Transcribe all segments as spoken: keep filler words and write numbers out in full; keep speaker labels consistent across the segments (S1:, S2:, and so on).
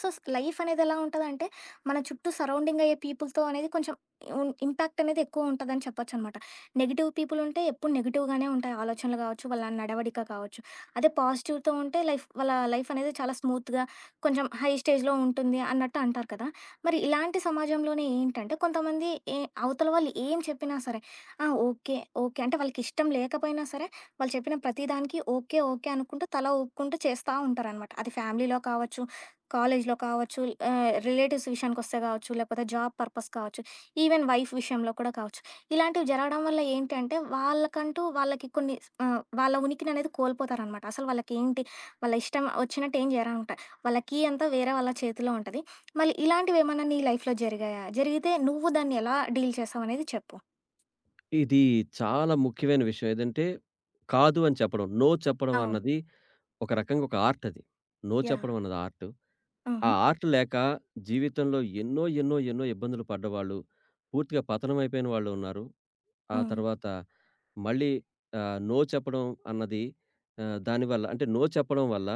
S1: So స్ life అనేది ఎలా ఉంటదంటే, మన చుట్టూ సరౌండింగ్ అయ్యే పీపుల్‌తో అనేది కొంచెం ఉన్ ఇంపాక్ట్ అనేది ఎక్కువ ఉంటదని చెప్పొచ్చనమాట. నెగెటివ్ పీపుల్ ఉంటే ఎప్పుడు నెగెటివ్‌గానే ఉంటాయి ఆలోచనలు గావచ్చు, వాళ్ళ నడవడిక కావచ్చు. అదే పాజిటివ్‌తో ఉంటే లైఫ్ వాళ్ళ లైఫ్ అనేది చాలా స్మూత్‌గా కొంచెం హై స్టేజ్‌లో ఉంటుంది అన్నట్టు అంటారు కదా! మరి ఇలాంటి సమాజంలోనే ఏంటంటే కొంతమంది ఏ అవతల వాళ్ళు ఏం చెప్పినా సరే, ఆ! ఓకే. ఓకే. అంటే వాళ్ళకిష్టం లేకపోయినా సరే, వాళ్ళు చెప్పిన ప్రతి దానికి ఓకే. ఓకే. అనుకుంటూ తల ఊపుకుంటూ చేస్తా ఉంటారనమాట. అది ఫ్యామిలీలో కావచ్చు, కాలేజ్‌లో కావచ్చు, ఆహ్, రిలేటివ్స్ విషయానికొస్తే కావచ్చు, లేకపోతే జాబ్ పర్పస్ కావచ్చు, ఈవెన్ వైఫ్ విషయంలో కూడా కావచ్చు. ఇలాంటివి జరగడం వల్ల ఏంటంటే, వాళ్ళకంటూ వాళ్ళకి కొన్ని ఆహ్, వాళ్ళ ఉనికిననేది కోల్పోతారనమాట. అసలు వాళ్ళకేంటి, వాళ్ళ ఇష్టం వచ్చినట్టు ఏం జరగనమాట. వాళ్ళ కీ అంతా వేరే వాళ్ళ చేతిలో ఉంటది. మళ్ళీ ఇలాంటివేమన్నా నీ లైఫ్‌లో జరిగాయా? జరిగితే నువ్వు దాన్ని ఎలా డీల్ చేసావనేది చెప్పు.
S2: ఇది చాలా ముఖ్యమైన విషయం. ఏదంటే, కాదు అని చెప్పడం. నో చెప్పడం
S1: అవును.
S2: అన్నది ఒక రకంగా ఒక ఆర్ట్ అది. No
S1: yeah!
S2: చెప్పడం అన్నది ఆర్ట్. ఆ
S1: హుహు.
S2: ఆర్ట్ లేక జీవితంలో ఎన్నో, ఎన్నో, ఎన్నో ఇబ్బందులు పడ్డవాళ్ళు, పూర్తిగా పతనమైపోయిన వాళ్ళు ఉన్నారు. ఆ
S1: హ్మ్.
S2: తర్వాత మళ్ళీ ఆహ్, నో చెప్పడం అన్నది ఆహ్, దానివల్ల అంటే నో చెప్పడం వల్ల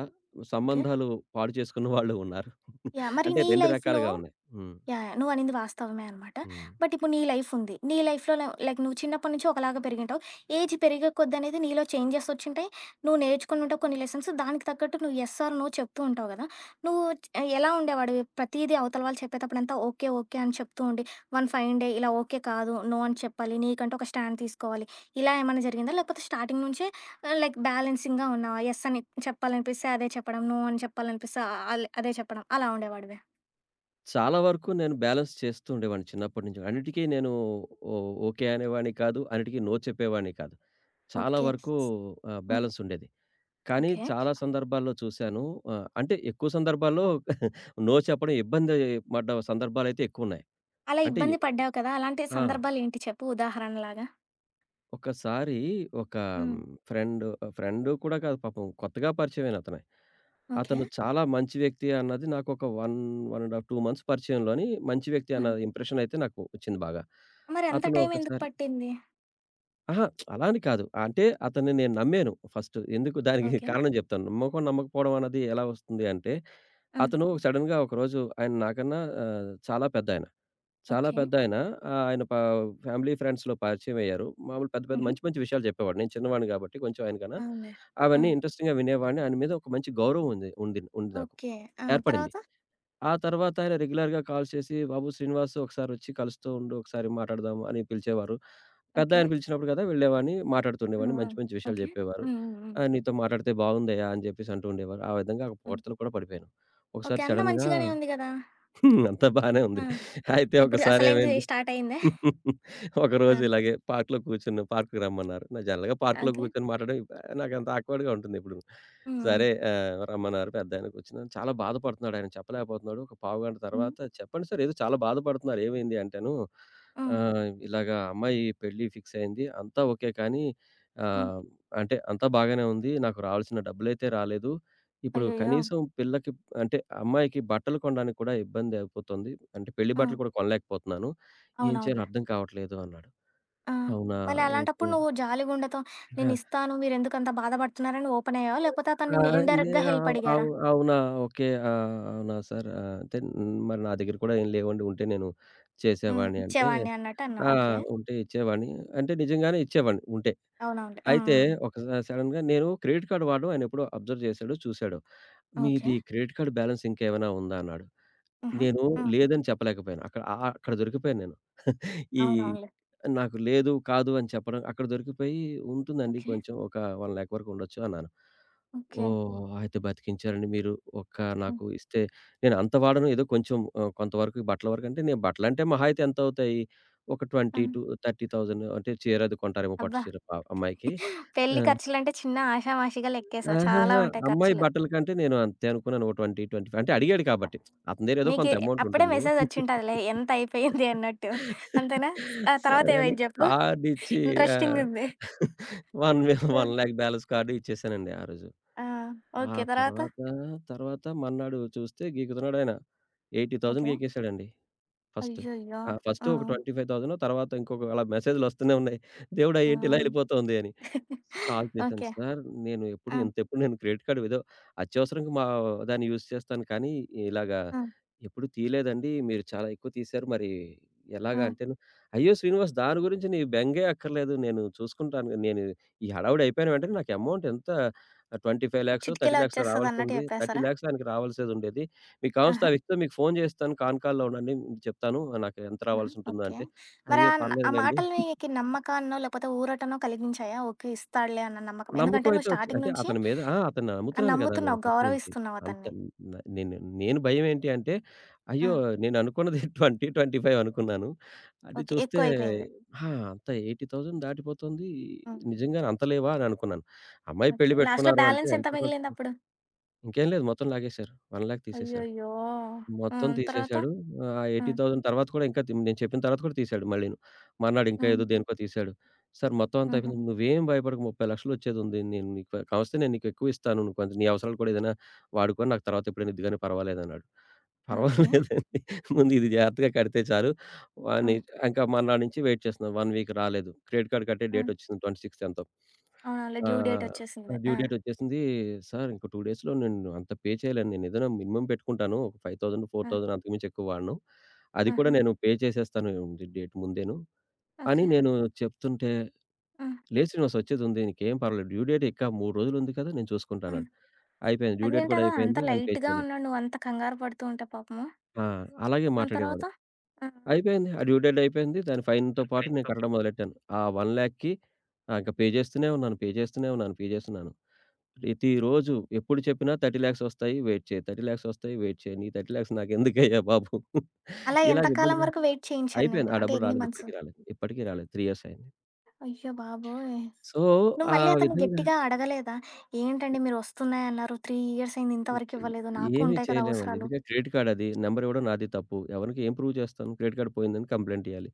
S1: ఓకే.
S2: సంబంధాలు పాడు చేసుకున్న వాళ్ళు ఉన్నారు.
S1: యాహ్! మరి
S2: అంటే
S1: నీ
S2: రెండు
S1: లైఫ్‌లో
S2: రకాలుగా ఉన్నాయి. హ్మ్.
S1: యాహ్! యాహ్! నువ్వనింది వాస్తవమే అనమాట.
S2: హ్మ్.
S1: బట్ ఇప్పుడు నీ లైఫ్ ఉంది. నీ లైఫ్‌లో లై లైక్ నువ్వు చిన్నప్పటి నుంచి ఒకలాగా పెరిగింటావు. ఏజ్ పెరిగే కొద్దీ అనేది నీలో చేంజెస్ వచ్చుంటాయి. నువ్వు నేర్చుకునుంటావు కొన్ని లెసన్స్. దానికి తగ్గట్టు నువ్వు యెస్ ఆర్ నో చెప్తూ ఉంటావు గదా! నువ్వు చ్ ఎలా ఉండేవాడివి? ప్రతీదీ అవతల వాళ్ళు చెప్పేటప్పుడంతా ఓకే. ఓకే. అని చెప్తూ ఉండి, వన్ ఫైన్ డే ఇలా ఓకే కాదు. నో అని చెప్పాలి. నీకంటూ ఒక స్టాండ్ తీసుకోవాలి. ఇలా ఏమన్నా జరిగిందా? లేకపోతే స్టార్టింగ్ నుంచే ఆహ్, లైక్ బ్యాలెన్సింగ్‌గా ఉన్నావా? యెస్ అని చెప్పాలనిపిస్తే అదే చెప్పడం. నో అని చెప్పాలనిపిస్తే ఆల్ అదే చెప్పడం. అలా ఉండేవాడివా?
S2: చాలా వరకు నేను బ్యాలెన్స్ చేస్తూ ఉండేవాడిని చిన్నప్పటి నుంచి. అన్నిటికి నేను ఓ ఓకే అనేవాడిని కాదు. అన్నిటికి నో చెప్పేవాడిని కాదు. చాలా
S1: ఓకే.
S2: వరకు ఆహ్, బ్యాలెన్స్ ఉండేది. కానీ
S1: ఓకే.
S2: చాలా సందర్భాల్లో చూశాను, ఆహ్, అంటే ఎక్కువ సందర్భాల్లో నో చెప్పడం ఇబ్బంది పడ్డ సందర్భాలైతే ఎక్కువున్నాయి.
S1: అలా
S2: అంటే
S1: ఇబ్బంది
S2: ఎ
S1: పడ్డావు కదా! అలాంటి
S2: ఆ!
S1: సందర్భాలేంటి చెప్పు ఉదాహరణలాగా?
S2: ఒకసారి ఒక
S1: హ్మ్.
S2: ఫ్రెండ్ ఫ్రెండ్ కూడా కాదు, పాపం కొత్తగా పరిచయమైన అతనే.
S1: ఓకే.
S2: అతను చాలా మంచి వ్యక్తి అన్నది నాకొక ఒకటి, ఒకటిన్నర ½ మంత్స్ పరిచయంలోని మంచి వ్యక్తి అన్న
S1: హుహు.
S2: ఇంప్రెషన్ అయితే నాకు వచ్చింది బాగా.
S1: మరెంత
S2: అతను
S1: టైం ఎందుకు
S2: ఒకసారి
S1: పట్టింది?
S2: అహా! అలా అని కాదు. అంటే అతన్ని నేను నమ్మాను ఫస్ట్. ఎందుకు దానికి
S1: ఓకే.
S2: కారణం చెప్తాను. నమ్మకం, నమ్మకపోవడం అన్నది ఎలా వస్తుంది అంటే,
S1: ఆ!
S2: అతను సడెన్‌గా ఒకరోజు ఆయన నాకన్నా ఆహ్, చాలా పెద్దాయన. చాలా
S1: ఓకే.
S2: పెద్దాయన. ఆహ్, ఆయన పా ఫ్యామిలీ, ఫ్రెండ్స్‌లో పరిచయమయ్యారు. మామూలు పెద్ద, పెద్ద
S1: హుహు.
S2: మంచి, మంచి విషయాలు చెప్పేవాడు. నేను చిన్నవాడిని గాబట్టి కొంచెం ఆయనకన్నా.
S1: అవునులే. ఆ!
S2: అవన్నీ ఇంట్రెస్టింగ్‌గా వినేవాడిని. ఆయన మీద ఒక మంచి గౌరవం ఉంది ఉంది ఉంది నాకు.
S1: ఓకే. ఆ!
S2: ఏర్పడింది.
S1: తర్వాత?
S2: ఆ తర్వాత ఆయన రెగ్యులర్‌గా కాల్స్ చేసి, "బాబు శ్రీనివాస్, ఒకసారొచ్చి కలుస్తూ ఉండు. ఒకసారి మాట్లాడదాం" అని పిలిచేవారు.
S1: ఓకే.
S2: పెద్దాయన పిలిచినప్పుడు కదా! వెళ్ళేవాడిని.
S1: హ్మ్.
S2: మాట్లాడుతుండేవాడిని.
S1: హ్మ్.
S2: మంచి, మంచి విషయాలు
S1: ఓకే.
S2: జెప్పేవారు.
S1: హ్మ్. హ్మ్. హ్మ్.
S2: ఆహ్, "నీతో మాట్లాడితే బాగుందయ్యా" అని జెప్పేసి అంటూ ఉండేవారు. ఆ విధంగా ఒక
S1: హ్మ్.
S2: పొగడ్తలు కూడా పడిపోయాను.
S1: ఓకే.
S2: ఒకసారి
S1: అంతా
S2: సడెన్‌గా
S1: మంచిగానే ఉంది గదా!
S2: అంతా బానే
S1: ఆ!
S2: ఉంది. అయితే
S1: ఇప్పుడు అసలైంది
S2: ఒకసారేమైంది,
S1: స్టార్ట్ అయిందా? ఆ!
S2: ఒకరోజు ఇలాగే పార్క్‌లో కూర్చున్నాం. పార్క్‌కి రమ్మన్నారు. నా జనరల్‌గా పార్క్‌లో
S1: ఓకే.
S2: కూర్చొని మాట్లాడడం ఇప్ నాకంత ఆక్వర్డ్‌గా ఉంటుందిప్పుడు.
S1: హ్మ్. హ్మ్.
S2: సరే, ఆహ్, రమ్మన్నారు. పెద్దాయన కూర్చున్నాను. చాలా బాధపడుతున్నాడు ఆయన, చెప్పలేకపోతున్నాడు. ఒక పావుగంట
S1: హ్మ్.
S2: తర్వాత, చెప్పండి సార్, ఏదో చాలా బాధపడుతున్నారు. ఏమైంది అంటేను,
S1: హ్మ్.
S2: ఆహ్, ఇలాగ అమ్మాయి పెళ్లి ఫిక్స్ అయింది. అంతా ఓకే, కానీ
S1: హ్మ్.
S2: ఆహ్, అంటే అంతా బాగానే ఉంది. నాకు రావాల్సిన డబ్బులైతే రాలేదు. ఇప్పుడు
S1: అయ్యయ్యో!
S2: కనీసం పిల్లకి అంటే అమ్మాయికి బట్టలు కొనడానికి కూడా ఇబ్బంది అయిపోతుంది. అంటే పెళ్లి
S1: ఆ!
S2: బట్టలు కూడా కొనలేకపోతున్నాను. ఏం చేయాలో
S1: అవునవునులే.
S2: అర్థం కావట్లేదు అన్నాడు.
S1: ఆ!
S2: అవునా!
S1: మళ్ళీ అలాంటప్పుడు
S2: ఓకే.
S1: నువ్వు జాలిగుండెతో
S2: ఆ!
S1: నేనిస్తాను, మీరెందుకంత బాధపడుతున్నారని ఓపెన్ అయ్యావా? లేకపోతే అతను
S2: ఆ!
S1: నిన్ను
S2: నే
S1: ఇండైరెక్ట్‌గా హెల్ప్
S2: అవ్
S1: అడిగారా?
S2: అవ్ అవునా! ఓకే. ఆ! అవునా సార్! ఆహ్, అంటే న్- మరి నా దగ్గర కూడా ఏం లేవండి. ఉంటే నేను
S1: హ్మ్.
S2: చేసేవాడిని అంటే
S1: ఇచ్చేవాడిని అన్నట్టు అన్నావు.
S2: ఆ!
S1: ఓకే.
S2: ఉంటే ఇచ్చేవాడిని. అంటే నిజంగానే ఇచ్చేవాడిని ఉంటే.
S1: అవునవునులే. హ్మ్.
S2: అయితే
S1: హ్మ్.
S2: ఒకసారి సడెన్‌గా నేను క్రెడిట్ కార్డ్ వాడడం ఆయన ఎప్పుడో అబ్జర్వ్ చేశాడు, చూసాడు.
S1: ఓకే.
S2: "మీది క్రెడిట్ కార్డ్ బ్యాలెన్స్ ఇంకేమైనా ఉందా?" అన్నాడు.
S1: హుహు.
S2: నేను
S1: హ్మ్.
S2: లేదని చెప్పలేకపోయాను. అక్కడ అ అక్కడ దొరికిపోయాను నేను. ఈ
S1: అవునవునులే.
S2: నాకు లేదు, కాదు అని చెప్పడం అక్కడ దొరికిపోయి ఉంటుందండి,
S1: ఓకే.
S2: కొంచెం ఒక 1 లాక్ వరకు ఉండొచ్చు అన్నాను.
S1: ఓకే.
S2: ఓహ్! అయితే బతికించారండి మీరు. ఒక్క
S1: హ్మ్.
S2: నాకు ఇస్తే నేను అంత వాడను, ఏదో కొంచెం ఆహ్, కొంతవరకు బట్టల వరకంటే, నేను బట్టలంటే మహా అయితే ఎంతవుతాయి? ఒక
S1: ఆ!
S2: ఇరవై వేలు-ముప్పై వేలు అంటే చీర అది కొంటారేమో, పట్టు
S1: అబ్బా!
S2: చీర ప అమ్మాయికి. ఆ!
S1: పెళ్లి ఖర్చులంటే చిన్న ఆషామాషిగా లెక్కేసావు. చాలా
S2: ఆహాహా!
S1: ఉంటాయి
S2: అమ్మాయి
S1: ఖర్చులు.
S2: బట్టల కంటే నేను అంతే అనుకున్నాను. ఓ ఇరవై, ఇరవై ఐదు అంటే అడిగాడు
S1: ఆ!
S2: కాబట్టి. అతని దగ్గర ఏదో
S1: నీకి
S2: కొంత అమౌంట్
S1: అప్పుడే
S2: ఉంటుంది.
S1: మెసేజొచ్చింటదిలే ఎంతయిపోయింది అన్నట్టు. అంతేనా? ఆ
S2: సరే అని
S1: తర్వాతేమైంది జెప్పు?
S2: కార్డ్ ఇచ్చి ఆ!
S1: ఇంట్రెస్టింగుంది.
S2: ఒకటి వి
S1: ఆ!
S2: ఒక,లక్ష బ్యాలెన్స్ కార్డ్ ఇచ్చేసానండి ఆ రోజు.
S1: ఆ!
S2: ఆ
S1: ఓకే. తర్వాత?
S2: తర్వాత, తర్వాత మర్నాడు చూస్తే గీకుతున్నాడాయన. ఎనభై వేలు
S1: ఓకే.
S2: గీకేశాడండి. ఫస్ట్.
S1: అయ్యయ్యో!
S2: ఆ! ఫస్ట్
S1: ఆ!
S2: ఒక ఇరవై ఐదు వేలు, తర్వాత ఇంకొక, అలా మెసేజ్‌లొస్తూనే ఉన్నాయి. దేవుడా!
S1: ఆ!
S2: ఏంటి ఇలా ఎళ్ళిపోతోంది అని. కాల్ చేశాను.
S1: ఓకే.
S2: సార్, నేను ఎప్పుడు
S1: ఆ!
S2: ఇంతెప్పుడు నేను క్రెడిట్ కార్డ్ ఏదో అత్యవసరంగా మా దాన్ని యూజ్ చేస్తాను కానీ, ఇలాగా
S1: ఆ!
S2: ఎప్పుడు తీయలేదండి. మీరు చాలా ఎక్కువ తీశారు. మరి
S1: ఆ!
S2: ఎలాగా అంటేను, "అయ్యో! శ్రీనివాస్, దాని గురించి నీ బెంగే అక్కర్లేదు. నేను చూసుకుంటాను. నేను ఈ హడావిడి అయిపోయిన వెంటనే, నాకు అమౌంట్ ఎంత, ఇరవై ఐదు,లక్షల లాక్సో,
S1: చిటికెలో
S2: ముప్పై,లక్షల లాక్సో
S1: వచ్చేస్తదన్నట్టు
S2: రావాల్సుంది.
S1: చెప్పేసారా?
S2: ముప్పై,లక్షలు ఆయనకి రావాల్సేదుండేది. మీకు కావాల్సిన
S1: ఆహా!
S2: ఆ వ్యక్తితో మీకు ఫోను చేస్తాను. కాన్ కాల్‌లో ఉండండి. మీకు చెప్తాను. నాకు ఎంత
S1: ఆహా!
S2: రావాల్సుంటుందో
S1: ఓకే.
S2: అంటే,
S1: మరి ఆ
S2: అయ్యో!
S1: న్ ఆ
S2: పర్లేదులెండి."
S1: మాటలు నీకి నమ్మకాన్నో, లేకపోతే ఊరటనో కలిగించాయా? ఓకే. ఇస్తాడులే అన్న నమ్మకం. ఎందుకంటే
S2: నమ్మకం
S1: నువ్వు
S2: అయితే వచ్చింది.
S1: స్టార్టింగ్
S2: అంటే
S1: నుంచి
S2: అతని మీద, ఆ! అతన్ని
S1: ఆహ్,
S2: నమ్ముతున్నాను కదా! నేను
S1: నమ్ముతున్నావు,
S2: ఫస్ట్ నుంచి.
S1: గౌరవిస్తున్నావు
S2: అంత
S1: అతన్ని.
S2: న నేను నేను భయమేంటి అంటే,
S1: ఆ!
S2: అయ్యో! నేను అనుకున్నది ఇరవై, ఇరవై ఐదు అనుకున్నాను. అది
S1: ఓకే.
S2: చూస్తే
S1: ఎక్కువైపోయింది.
S2: ఆ! అంత ఎనభై వేలు దాటిపోతుంది.
S1: హ్మ్.
S2: నిజంగానే అంత లేవా? అని అనుకున్నాను. అమ్మాయి
S1: ఓకే.
S2: పెళ్లి
S1: లాస్ట్‌లో
S2: పెట్టుకున్నారు అంటే
S1: బ్యాలెన్స్ ఎంత
S2: ఎంత.
S1: మిగిలిందప్పుడు?
S2: ఇంకేం లేదు, మొత్తం లాగేశారు. ఒక,లక్ష తీసేశాడు.
S1: అయ్యయ్యో!
S2: మొత్తం
S1: హ్మ్. తర్వాత?
S2: తీసేసాడు. ఆ
S1: హ్మ్.
S2: ఎనభై వేలు తర్వాత కూడా ఇంకా తి నేను చెప్పిన తర్వాత కూడా తీసాడు మళ్ళీను. మర్నాడు ఇంకా
S1: హ్మ్.
S2: ఏదో దేనికో తీసాడు. "సార్ మొత్తం అంతా
S1: హుహు.
S2: అయిపోయింది. నువ్వేం భయపడకు, ముప్పై,లక్షలు వచ్చేదుంది. నేను నీకు కావలిస్తే నేను నీకు ఎక్కువ ఇస్తాను. నువ్వు కొంచెం నీ అవసరాలు కూడా ఏదైనా వాడుకొని నాకు తర్వాత ఎప్పుడైనా ఇది గాని పర్వాలేదన్నాడు."
S1: ఓకే.
S2: పర్వాలేదండి, ముందు ఇది జాగ్రత్తగా కడితే చాలు.
S1: ఆ!
S2: వాని ఇంకా మర్నాడు నుంచి వెయిట్ చేస్తున్నాం. ఒక వీక్ రాలేదు. క్రెడిట్ కార్డ్ కట్టే
S1: ఆ!
S2: డేట్ వచ్చింది ఇరవై ఆరవ తేదీ ఎంతో.
S1: అవునవునులే.
S2: ఆ!
S1: డ్యూ డేట్
S2: ఆ!
S1: వచ్చేసింది.
S2: డ్యూ
S1: ఆ!
S2: డేట్ వచ్చేసింది. సార్ ఇంకో రెండు డేస్‌లో నేను అంత పే చేయలేను. నేను ఏదైనా మినిమమ్ పెట్టుకుంటాను. ఒక ఐదు వేలు,
S1: ఆ!
S2: నాలుగు వేలు అంతకుమించి ఎక్కువ వాడను. అది కూడా
S1: ఆహా!
S2: నేను పే చేసేస్తాను, ఉంది డేట్ ముందేను అని
S1: ఓకే.
S2: నేను చెప్తుంటే,
S1: ఆ!
S2: లేదు శ్రీనివాస్, వచ్చేదుంది. నీకేం పర్వాలేదు. డ్యూ డేట్ ఇంకా మూడు రోజులుంది కదా! నేను చూసుకుంటా
S1: ఆ!
S2: అన్నాడు. అయిపోయింది. డ్యూ డేట్ కూడా
S1: అదేంటలా అంత
S2: అయిపోయింది. ఆయన పే
S1: లైట్‌గా
S2: చేయలేదు.
S1: ఉన్నాడు నువ్వంత కంగారు పడుతూ ఉంటే పాపము.
S2: ఆ! అలాగే
S1: దాని తర్వాత?
S2: మాట్లాడేవాడు.
S1: ఆ!
S2: అయిపోయింది. ఆ డ్యూ డేట్ అయిపోయింది. దాని ఫైన్‌తో పాటు నేను కట్టడం మొదలెట్టాను. ఆ ఒక,00,000కి ఆహ్, ఇంక పే చేస్తూనే ఉన్నాను. పే చేస్తూనే ఉన్నాను. పే చేస్తున్నాను. ప్రతిరోజు ఎప్పుడు చెప్పినా ముప్పై,లక్షలు వస్తాయి. వెయిట్ చేయి. ముప్పై,లక్షలు వస్తాయి. వెయిట్ చేయి. నీ ముప్పై,లక్షలు నాకెందుకయ్యా బాబు!
S1: అలా ఎంత
S2: ఇలాగ
S1: కాలం
S2: ఇబ్బంది
S1: వరకు వెయిట్ చేయించారు
S2: అయిపోయింది.
S1: నిన్ను?
S2: ఆ
S1: అంటే
S2: డబ్బులు
S1: ఎన్ని
S2: రాలేదు.
S1: మంత్స్?
S2: ఇప్పటికి రాలేదు. ఇప్పటికి రాలేదు. మూడు ఇయర్స్ అయింది.
S1: అయ్య బాబోయ్!
S2: సో,
S1: నువ్వు
S2: ఆ
S1: మళ్ళీ అతన్ని
S2: విధంగా
S1: గట్టిగా అడగలేదా? ఏంటండి మీరు వస్తున్నాయన్నారు, మూడు ఇయర్స్ అయింది ఇంతవరకు
S2: ఓకే.
S1: ఇవ్వలేదు, నాకు
S2: ఏమి
S1: ఉంటాయి కదా
S2: చేయలేమండి.
S1: అవసరాలు.
S2: ఎందుకంటే క్రెడిట్ కార్డ్ అది. నంబర్ ఇవ్వడం నాది తప్పు. ఎవరికి ఏం ప్రూవ్ చేస్తాను? క్రెడిట్ కార్డ్ పోయిందని కంప్లెయింట్ ఇయ్యాలి.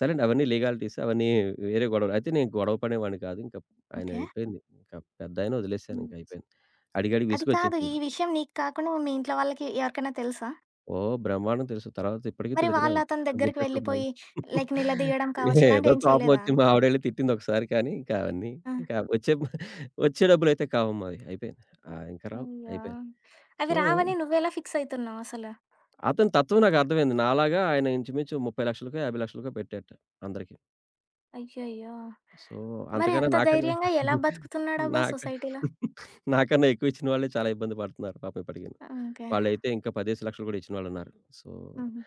S2: సరేండి, అవన్నీ లీగాలిటీస్, అవన్నీ వేరే గొడవలు. అయితే నేను గొడవ పడేవాడిని కాదు. ఇంక ఆయన
S1: ఓకే.
S2: అయిపోయింది. ఇంకా పెద్దాయన వదిలేసాను, ఇంక
S1: హ్మ్.
S2: అయిపోయింది. అడిగడిగి
S1: అది కాదు ఈ
S2: విసుగొచ్చేసింది.
S1: విషయం నీకు కాకుండా మీ ఇంట్లో వాళ్ళకి ఎవరికైనా తెలుసా?
S2: ఓహ్! బ్రహ్మాండం తెలుసు. తర్వాత ఇప్పటికి
S1: మరి
S2: తిడుతూనే
S1: వాళ్ళు అతని
S2: ఉంటాను,
S1: దగ్గరికి
S2: గుర్తొచ్చిప్పుడల్లా.
S1: వెళ్ళిపోయి లైక్ నిలదీయడం కావచ్చు ఇలాంటివి
S2: ఏదో
S1: ఏం
S2: కోపం
S1: చేయలేదా?
S2: వచ్చి మా ఆవిడెళ్లి తిట్టింది ఒకసారి, కానీ ఇంకా అవన్నీ
S1: ఆ!
S2: ఇంకా వచ్చే వచ్చే డబ్బులైతే కావమ్మా అవి. అయిపోయింది. ఆహ్, ఇంక రావు.
S1: అయ్యో!
S2: అయిపోయింది.
S1: అవి
S2: సో
S1: రావని నువ్వెలా ఫిక్స్ అయితున్నావసల?
S2: అతని తత్వం నాకర్థమైంది. నాలాగా ఆయన ఇంచుమించు ముప్పై,00,000కో, యాభై,00,000కో పెట్టాట అందరికి.
S1: అయ్యయ్యో!
S2: సో,
S1: మరి
S2: అంతకన్నా
S1: అంత
S2: నాకన్నా
S1: ధైర్యంగా ఎలా బతుకుతున్నాడబ్బా
S2: నాక
S1: సొసైటీలో?
S2: నాకన్నా ఎక్కువ ఇచ్చిన వాళ్ళే చాలా ఇబ్బంది పడుతున్నారు పాపం ఇప్పటికిని.
S1: ఓకే.
S2: వాళ్ళైతే ఇంకా పదిహేను,లక్షలు కూడా ఇచ్చిన వాళ్ళున్నారు. సో,
S1: హుహు.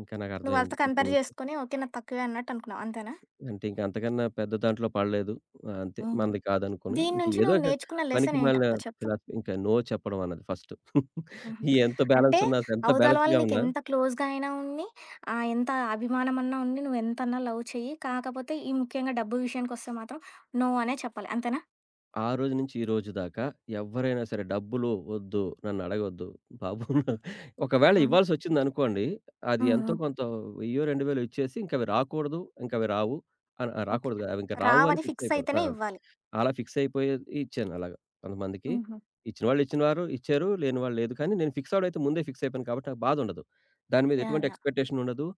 S2: ఇంకా
S1: నువ్వు
S2: నాకర్థమైంది.
S1: వాళ్ళతో కంపేర్
S2: ఇప్పుడు
S1: చేసుకొని ఓకే. నాది తక్కువే అన్నట్టు అనుకున్నావు అంతేనా?
S2: అంటే ఇంక అంతకన్నా పెద్ద దాంట్లో పడలేదు. ఆహ్, అంతే,
S1: హ్మ్.
S2: మనది కాదనుకోని
S1: దీని
S2: ఇంక
S1: నుంచి
S2: ఏదో
S1: నువ్వు
S2: ఒక
S1: నేర్చుకున్న లెసన్
S2: పనికిమాలిన
S1: ఏంటబ్బా చెప్పు?
S2: ఫిలాసఫీ, ఇంకా నో చెప్పడం అన్నది ఫస్ట్.
S1: హుహు.
S2: ఎంత
S1: అంటే
S2: బ్యాలెన్స్ ఉన్నా, ఎంత
S1: అవతల వాళ్ళు
S2: బ్యాలెన్స్‌గా ఉన్నా,
S1: నీకెంత క్లోజ్‌గా అయినా ఉన్ని, ఆహ్, ఎంత అభిమానమన్నా ఉన్ని, నువ్వెంతన్నా లవ్ చెయ్యి. కాకపోతే ఈ ముఖ్యంగా డబ్బు విషయానికొస్తే మాత్రం నో అనే చెప్పాలి. అంతేనా?
S2: ఆ రోజు నుంచి ఈ రోజు దాకా ఎవ్వరైనా సరే డబ్బులు వద్దు, నన్నడగొద్దు బాబు. ఒకవేళ
S1: హ్మ్.
S2: ఇవ్వాల్సొచ్చిందనుకోండి, అది
S1: హ్మ్.
S2: ఎంతో
S1: హ్మ్.
S2: కొంత వెయ్యి, రెండు వేలు ఇచ్చేసి, ఇంకవి రాకూడదు, ఇంకవి రావు అని, ఆహ్,
S1: ఓకే.
S2: రాకూడదు కాదు, అవింక రావు అని
S1: రావని
S2: ఫిక్స్
S1: ఫిక్స్
S2: అయిపోదు. ఆ!
S1: అయితేనే ఇవ్వాలి.
S2: అలా ఫిక్స్ అయిపోయేది ఇచ్చాను అలాగా కొంతమందికి.
S1: హుహు.
S2: ఇచ్చిన వాళ్ళు ఇచ్చినవారు ఇచ్చారు, లేని వాళ్ళు లేదు. కానీ నేను ఫిక్స్ అవ్వడం అయితే ముందే ఫిక్స్ అయిపోయాను కాబట్టి నాకు బాధుండదు. దాని మీద
S1: యాహ్!
S2: ఎటువంటి
S1: యాహ్!
S2: ఎక్స్‌పెక్టేషన్ ఉండదు.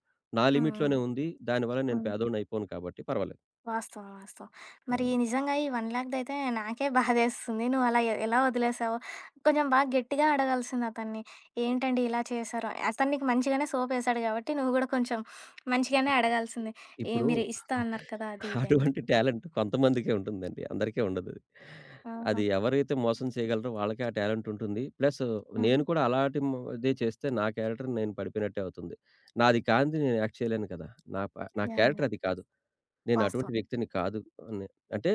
S2: నా
S1: హ్మ్. హ్మ్.
S2: లిమిట్‌లోనే ఉంది. దానివల్ల నేను
S1: హ్మ్.
S2: పేదోడినయిపోను కాబట్టి పర్వాలేదు.
S1: వాస్తవం. వాస్తవం.
S2: ఆ!
S1: మరి నిజంగా ఈ 1,00,000దయితే నాకే బాధేస్తుంది. నువ్వు అలా ఎ ఎలా వదిలేసావు? కొంచెం బాగా గట్టిగా అడగాల్సింది అతన్ని. ఏంటండి ఇలా చేశారు? అతను నీకు మంచిగానే సోపేసాడు కాబట్టి నువ్వు గూడా కొంచెం మంచిగానే అడగాల్సింది. ఏ
S2: ఇప్పుడు
S1: మీరు ఇస్తా అన్నారు కదా! అది ఇది అని.
S2: అటువంటి టాలెంట్ కొంతమందికే ఉంటుందండి. అందరికీ ఉండదది. అది
S1: ఆహా!
S2: అది ఎవరైతే మోసం చేయగలరో వాళ్ళకే ఆ టాలెంట్ ఉంటుంది. ప్లస్
S1: హుహు.
S2: నేను కూడా అలాంటి మ్ దే చేస్తే నా క్యారెక్టర్ నేను పడిపోయినట్టే అవుతుంది. నాది కానిది నేను యాక్ట్ చేయలేను కదా! నా ప నా
S1: యాహ్! యాహ్!
S2: క్యారెక్టర్ అది కాదు. నేను అటువంటి
S1: వాస్తవం.
S2: వ్యక్తిని కాదు అని. అంటే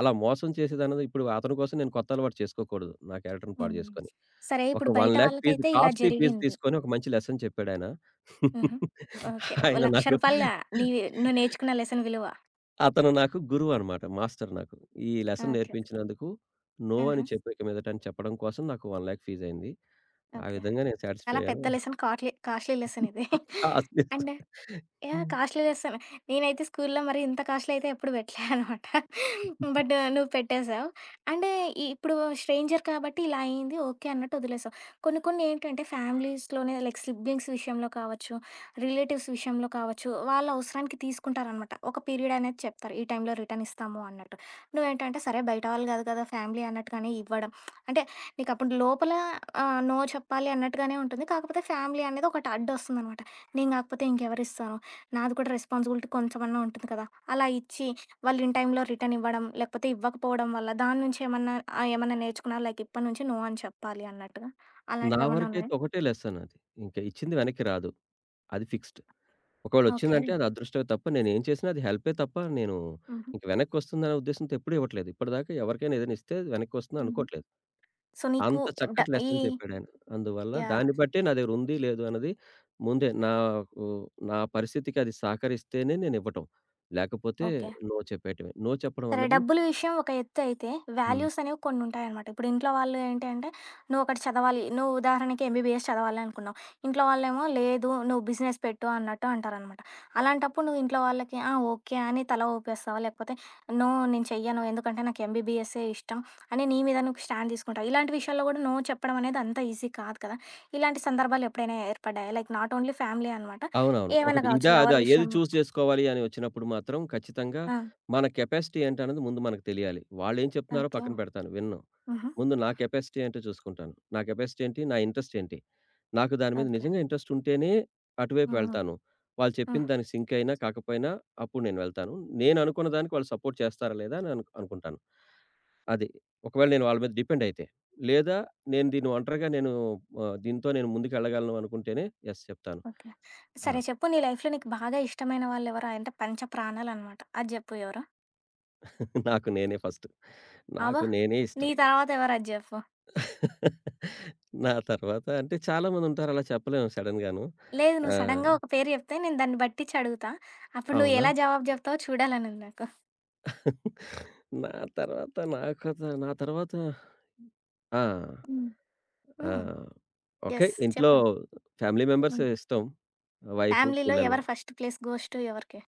S2: అలా మోసం చేసేదన్నది ఇప్పుడు అతని కోసం నేను కొత్త అలవాటు చేసుకోకూడదు, నా క్యారెక్టర్‌ని పాడు
S1: హ్మ్.
S2: చేసుకొని.
S1: సరే
S2: ఒక
S1: ఇప్పుడు బయట
S2: 1,లక్ష ఫీజు,
S1: వాళ్ళకైతే ఇలా
S2: కాస్ట్‌లీ ఫీజు
S1: జరిగింది.
S2: తీసుకొని ఒక మంచి లెసన్ చెప్పాడాయన. ఆయన
S1: హుహు. ఓకే. రూ.
S2: ఆయన
S1: ఒక లక్ష
S2: నాకు
S1: నీ నువ్వు నేర్చుకున్న లెసన్ విలువ.
S2: అతను నాకు గురువనమాట. మాస్టర్ నాకు. ఈ లెసన్
S1: ఓకే.
S2: నేర్పించినందుకు, నో అని
S1: ఆహా!
S2: చెప్పు ఇక మీదట అని చెప్పడం కోసం నాకు ఒక,లక్ష ఫీజయింది. ఆ
S1: ఓకే.
S2: విధంగా నేను సాటిస్‌ఫై
S1: చాలా పెద్ద
S2: అయ్యాను.
S1: లెసన్. కాట్లీ కాస్ట్‌లీ లెసన్ ఇది.
S2: కాస్ట్‌లీస్.
S1: And, yeah!
S2: హ్మ్.
S1: కాస్ట్‌లీ చేస్తాను. నేనైతే స్కూల్లో మరి ఇంత కాస్ట్‌లీ అయితే ఎప్పుడు పెట్టలే అనమాట. బట్ నువ్వు పెట్టేసావు. అంటే ఈ- ఇప్పుడు స్ట్రేంజర్ కాబట్టి ఇలా అయింది ఓకే అన్నట్టు వదిలేసావు. కొన్ని కొన్ని ఏంటంటే ఫ్యామిలీస్‌లోనే లైక్ సిబ్లింగ్స్ విషయంలో కావచ్చు, రిలేటివ్స్ విషయంలో కావచ్చు, వాళ్ళ అవసరానికి తీసుకుంటారనమాట. ఒక పీరియడ్ అనేది చెప్తారు. ఈ టైంలో రిటర్న్ ఇస్తాము అన్నట్టు. నువ్వేంటంటే సరే బయట వాళ్ళు కాదు కదా! ఫ్యామిలీ అన్నట్టుగానే ఇవ్వడం. అంటే నీకు అప్పుడు లోపల ఆహ్, నో చెప్పాలి అన్నట్టుగానే ఉంటుంది. కాకపోతే ఫ్యామిలీ అనేది ఒకటి అడ్డొస్తుందనమాట. నేను కాకపోతే ఇంకెవరిస్తాను? నాది కూడా రెస్పాన్సిబిలిటీ కొంచెమన్నా ఉంటుంది కదా! అలా ఇచ్చి, వాళ్ళు ఇన్ టైమ్‌లో రిటర్న్ ఇవ్వడం, లేకపోతే ఇవ్వకపోవడం వల్ల దాని నుంచి ఏమన్నా ఆహ్, ఏమన్నా నేర్చుకున్నారా? లైక్ ఇప్పటి నుంచి నో అని చెప్పాలి అన్నట్టుగా.
S2: నా
S1: అలాంటివేమన్నా ఉన్నాయా?
S2: వరకైతే ఒకటే లెసన్ అది. ఇంక ఇచ్చింది వెనక్కి రాదు. అది ఫిక్స్‌డ్. ఒకవేళ
S1: ఓకే.
S2: వచ్చిందంటే అది అదృష్టమే తప్ప, నేనేం చేసినా అది హెల్పే తప్ప, నేను
S1: హుహు.
S2: ఇంక వెనక్కొస్తుందనే ఉద్దేశ్యంతో ఎప్పుడూ ఇవ్వట్లేదు. ఇప్పటిదాకా ఎవరికైనా ఏదైనా ఇస్తే వెనక్కొస్తుందని
S1: హుహు.
S2: అనుకోట్లేదు.
S1: సో, నీకు
S2: అంత
S1: డ
S2: చక్కటి
S1: ఈ
S2: లెసన్ చెప్పాడాయన. అందువల్ల
S1: యాహ్!
S2: దాన్ని బట్టే నా దగ్గర ఉంది, లేదు అన్నది ముందే నాకు, నా పరిస్థితికి అది సహకరిస్తేనే నేనివ్వటం. లేకపోతే
S1: ఓకే.
S2: నో చెప్పేయటమే. నో చెప్పడం
S1: సరే.
S2: అన్నది,
S1: డబ్బులు విషయం ఒక ఎత్తు అయితే,
S2: హ్మ్,
S1: వాల్యూస్ అనేవి కొన్నుంటాయనమాట. ఇప్పుడు ఇంట్లో వాళ్ళు ఏంటి అంటే, నువ్వొకటి చదవాలి. నువ్వు ఉదాహరణకి ఎంబీబీఎస్ చదవాలి అనుకున్నావు. ఇంట్లో వాళ్ళేమో లేదు నువ్వు బిజినెస్ పెట్టు అన్నట్టు అంటారనమాట. అలాంటప్పుడు నువ్వు ఇంట్లో వాళ్ళకి ఆ! ఓకే అని తల ఊపేస్తావా? లేకపోతే నో నేను చెయ్యను. ఎందుకంటే నాకు ఎంబీబీఎస్సే ఇష్టం అని నీ మీద నువ్వు స్టాండ్ తీసుకుంటావు. ఇలాంటి విషయాల్లో కూడా నో చెప్పడం అనేది అంత ఈజీ కాదు కదా! ఇలాంటి సందర్భాలు ఎప్పుడైనా ఏర్పడ్డాయా? లైక్ నాట్ ఓన్లీ ఫ్యామిలీ అనమాట.
S2: అవునవును.
S1: ఏమైనా
S2: ఒకటి
S1: కావచ్చు
S2: ఇదా? అదా?
S1: లవర్
S2: ఏది
S1: విషయం
S2: చూజ్ చేసుకోవాలి అని వచ్చినప్పుడు మాత్రం ఖచ్చితంగా
S1: ఆ!
S2: మన కెపాసిటీ ఏంటన్నది ముందు మనకు తెలియాలి. వాళ్ళేం చెప్తున్నారో
S1: ఓకే.
S2: పక్కన పెడతాను, వినను.
S1: హుహు.
S2: ముందు నా కెపాసిటీ ఏంటో చూసుకుంటాను. నా కెపాసిటీ ఏంటి? నా ఇంట్రెస్ట్ ఏంటి? నాకు దాని మీద
S1: ఓకే.
S2: నిజంగా ఇంట్రెస్ట్ ఉంటేనే అటువైపు
S1: హ్మ్. హ్మ్.
S2: వెళ్తాను. వాళ్ళు చెప్పిన
S1: హ్మ్.
S2: దానికి సింక్ అయినా కాకపోయినా అప్పుడు నేను వెళ్తాను. నేను అనుకున్న దానికి వాళ్ళు సపోర్ట్ చేస్తారా లేదా అని అను అనుకుంటాను. అది. ఒకవేళ నేను వాళ్ళ మీద డిపెండ్ అయితే, లేదా నేను దీన్ని ఒంటరిగా నేను, ఆహ్, దీంతో నేను ముందుకెళ్ళగలను అనుకుంటేనే యెస్ చెప్తాను.
S1: ఓకే.
S2: ఆ!
S1: సరే చెప్పు నీ లైఫ్‌లో నీకు బాగా ఇష్టమైన వాళ్ళెవరు? అంటే పంచ ప్రాణాలనమాట. అది జెప్పు ఎవరో?
S2: నాకు నేనే ఫస్ట్.
S1: అబ్బా!
S2: నాకు నేనే
S1: నీ
S2: ఇష్టం.
S1: తర్వాత ఎవరు అది జెప్పు.
S2: నా తర్వాత అంటే చాలా మందుంటారు, అలా చెప్పలేము సడెన్‌గాను.
S1: లేదు
S2: ఆ!
S1: నువ్వు సడెన్‌గా ఒక పేరు జెప్తే నేను దాన్ని బట్టిచ్చి అడుగుతా. అప్పుడు నువ్వు
S2: అవునా?
S1: ఎలా జవాబు జెప్తావో చూడాలనుంది నాకు.
S2: నా తర్వాత నా కథ నా తర్వాత ఆ!
S1: హ్మ్.
S2: ఆ!
S1: హ్మ్.
S2: ఓకే.
S1: యెస్.
S2: ఇంట్లో
S1: చెప్పు.
S2: ఫ్యామిలీ మెంబర్స్
S1: హ్మ్.
S2: ఇష్టం. వైఫ్,
S1: ఫ్యామిలీలో
S2: పిల్లలు.
S1: ఎవరు ఫస్ట్ ప్లేస్ గోస్ట్ ఎవరికి?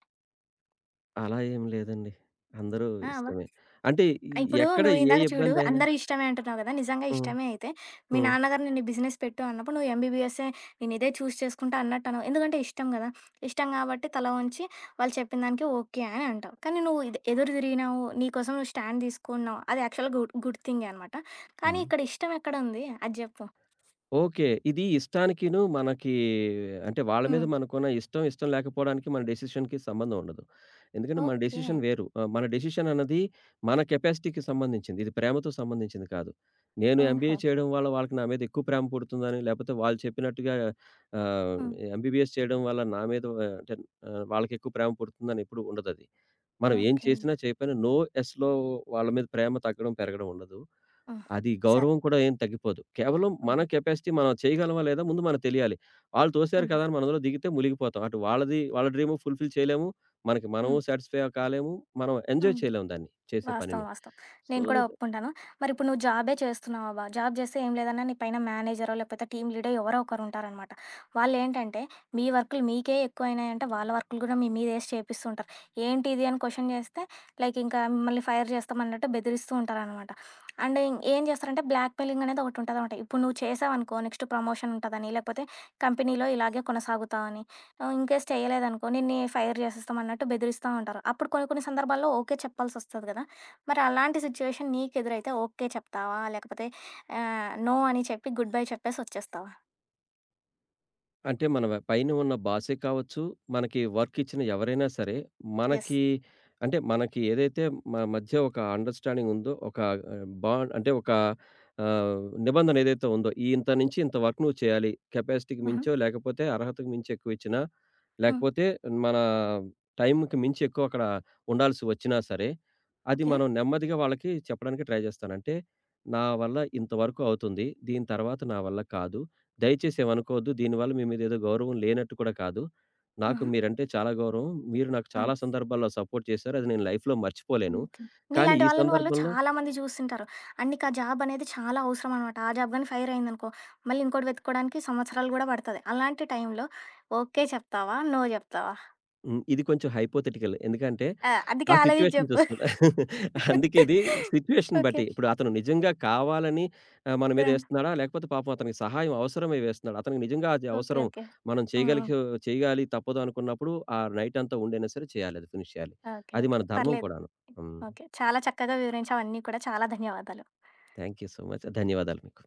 S2: అలా ఏం లేదండి. అందరూ
S1: ఆ! అబ్బా!
S2: ఇష్టమే. అంటే
S1: ఆ! ఇప్పుడు
S2: ఎక్కడ
S1: నువ్వు
S2: ఏ
S1: ఇందాక చూడు
S2: ఇబ్బందైనా,
S1: అందరూ ఇష్టమే అంటున్నావు గదా! నిజంగా
S2: హ్మ్,
S1: ఇష్టమే అయితే, మీ
S2: హ్మ్.
S1: నాన్నగారు నిన్ను బిజినెస్ పెట్టు అన్నప్పుడు నువ్వు ఎంబీబీఎస్సే నేను ఇదే చూజ్ చేసుకుంటా అన్నట్టు అనవు. ఎందుకంటే ఇష్టం గదా! ఇష్టం కాబట్టి తల వంచి వాళ్ళు చెప్పిన దానికి ఓకే అని అంటావు. కానీ నువ్వు ఇది ఎదురు తిరిగినావు, నీ కోసం నువ్వు స్టాండ్ తీసుకున్నావు. అది యాక్చువల్‌గా గుడ్ గుడ్ థింగే అనమాట. కానీ
S2: హ్మ్.
S1: ఇక్కడ ఇష్టం ఎక్కడుంది అది జెప్పు?
S2: ఓకే. ఇది ఇష్టానికిను, మనకి అంటే వాళ్ళ
S1: హ్మ్.
S2: మీద మనకున్న ఇష్టం, ఇష్టం లేకపోవడానికి మన డెసిషన్‌కి సంబంధం ఉండదు. ఎందుకంటే మన
S1: ఓకే.
S2: డెసిషన్ వేరు. ఆహ్, మన డెసిషన్ అన్నది మన కెపాసిటీకి సంబంధించింది. ఇది ప్రేమతో సంబంధించింది కాదు. నేను ఎంబీఏ
S1: ఓహో!
S2: చేయడం వల్ల వాళ్ళకి నా మీద ఎక్కువ ప్రేమ పుడుతుందని, లేపోతే వాళ్ళు చెప్పినట్టుగా ఆహ్,
S1: హ్మ్.
S2: ఎంబీబీఎస్ చేయడం వల్ల నా మీద ఆహ్, అంటే ఆహ్, వాళ్ళకి ఎక్కువ ప్రేమ పుడుతుందని ఎప్పుడు ఉండదది. మనం ఏం
S1: ఓకే.
S2: చేసినా, చేయకపోయినా నో యెస్‌లో వాళ్ళ మీద ప్రేమ తగ్గడం, పెరగడం ఉండదు.
S1: హ్మ్.
S2: అది
S1: సరే.
S2: గౌరవం కూడా ఏం తగ్గిపోదు. కేవలం
S1: హ్మ్.
S2: మన కెపాసిటీ మనం చేయగలమా లేదా ముందు మనకు తెలియాలి. వాళ్ళు తోసారు
S1: హ్మ్.
S2: కదా! అని మనం అందులో దిగితే మునిగిపోతాం. అటు వాళ్ళది వాళ్ళ డ్రీము ఫుల్‌ఫిల్ చేయలేము. మనకి మనము
S1: హ్మ్.
S2: సాటిస్ఫై కాలేము. మనం ఎంజాయ్
S1: హ్మ్.
S2: చేయలేము దాన్ని, చేసే
S1: వాస్తవం.
S2: పనిని.
S1: వాస్తవం.
S2: సో
S1: నేను కూడా
S2: దట్,
S1: ఒప్పుకుంటాను. మరిప్పుడు నువ్వు జాబే చేస్తున్నావు అబ్బా! జాబ్ చేస్తే ఏం లేదన్నా నీ పైన మేనేజరో, లేకపోతే టీమ్ లీడో ఎవరో ఒకరుంటారనమాట. వాళ్ళేంటంటే, మీ వర్కులు మీకే ఎక్కువైనాయంటే, వాళ్ళ వర్కులు కూడా మీ మీదేసి చేపిస్తుంటారు. ఏంటి ఇది అని క్వెషన్ చేస్తే, లైక్ ఇంకా మిమ్మల్ని ఫైర్ చేస్తామన్నట్టు బెదిరిస్తూ ఉంటారనమాట. అండ్ ఏం చేస్తారంటే, బ్లాక్‌మెయిలింగ్ అనేది ఒకటుంటదనమాట. ఇప్పుడు నువ్వు చేసావనుకో, నెక్స్ట్ ప్రమోషన్ ఉంటదని, లేకపోతే కంపెనీలో ఇలాగే కొనసాగుతావని, ఆహ్, ఇన్‌కేస్ చేయలేదనుకో, నిన్ని ఫైర్ చేసేస్తామన్నట్టు బెదిరిస్తా ఉంటారు. అప్పుడు కొన్ని కొన్ని సందర్భాల్లో ఓకే చెప్పాల్సొస్తది కదా! మరి అలాంటి సిచ్యువేషన్ నీకెదురైతే ఓకే చెప్తావా? లేకపోతే ఆహ్, నో అని చెప్పి గుడ్ బై చెప్పేసి వచ్చేస్తావా?
S2: అంటే మన వ పైన ఉన్న బాసే కావచ్చు, మనకి వర్క్ ఇచ్చిన ఎవరైనా సరే,
S1: యెస్.
S2: మనకి అంటే మనకి ఏదైతే మన మధ్య ఒక అండర్‌స్టాండింగ్ ఉందో, ఒక ఆహ్, బాండ్ అంటే ఒక ఆహ్, నిబంధన ఏదైతే ఉందో, ఈ ఇంత నుంచి ఇంత వర్క్ నువ్వు చేయాలి, కెపాసిటీకి
S1: హుహు.
S2: మించో, లేకపోతే అర్హతకు మించి ఎక్కువ ఇచ్చినా,
S1: హ్మ్.
S2: లేకపోతే మన టైంకి మించి ఎక్కువ అక్కడ ఉండాల్సి వచ్చినా సరే, అది
S1: ఓకే.
S2: మనం నెమ్మదిగా వాళ్ళకి చెప్పడానికి ట్రై చేస్తాను. అంటే, "నా వల్ల ఇంతవరకు అవుతుంది. దీని తర్వాత నా వల్ల కాదు. దయచేసి ఏమనుకోవద్దు. దీనివల్ల మీ మీద ఏదో గౌరవం లేనట్టు కూడా కాదు. నాకు
S1: హుహు.
S2: మీరంటే చాలా గౌరవం. మీరు నాకు
S1: హ్మ్.
S2: చాలా సందర్భాల్లో సపోర్ట్ చేశారు. అది నేను లైఫ్‌లో
S1: హ్మ్.
S2: మర్చిపోలేను.
S1: ఓకే.
S2: కానీ
S1: నీలాంటి
S2: ఈ
S1: వాళ్ళని వాళ్ళు
S2: సందర్భంలో,
S1: చాలా మంది చూసుంటారు. అండ్ నీకా జాబ్ అనేది చాలా అవసరం అనమాట. ఆ జాబ్ గాని ఫైర్ అయిందనుకో, మళ్ళీ ఇంకోటి వెతుక్కోవడానికి సంవత్సరాలు గూడా పడతది. అలాంటి టైంలో ఓకే చెప్తావా? నో చెప్తావా?
S2: హ్మ్, ఇది కొంచెం హైపోథెటికల్. ఎందుకంటే
S1: ఆ! అందుకే
S2: ఆ
S1: ఆలోచించి
S2: సిట్యుయేషన్
S1: చెప్పు.
S2: చూసుకుని అందుకే ఇది సిట్యుయేషన్
S1: ఓకే.
S2: బట్టి. ఇప్పుడు అతను నిజంగా కావాలని ఆహ్, మన
S1: ఆ!
S2: మీద ఏస్తున్నాడా? లేకపోతే పాపం అతనికి సహాయం అవసరమై వేస్తున్నాడా? అతనికి నిజంగా అది
S1: ఓకే.
S2: అవసరం,
S1: ఓకే.
S2: మనం
S1: హ్మ్. హ్మ్.
S2: చేయగలిగే చేయాలి తప్పదు అనుకున్నప్పుడు ఆ నైట్ అంతా ఉండైనా సరే చేయాలి. అది ఫినిష్ చేయాలి.
S1: ఓకే.
S2: అది
S1: ఓకే.
S2: మన ధర్మం
S1: పర్లేదు.
S2: కూడాను. హ్మ్.
S1: ఓకే. చాలా చక్కగా వివరించావు అన్నీ కూడా. చాలా ధన్యవాదాలు.
S2: Thank you so much. ధన్యవాదాలు మీకు.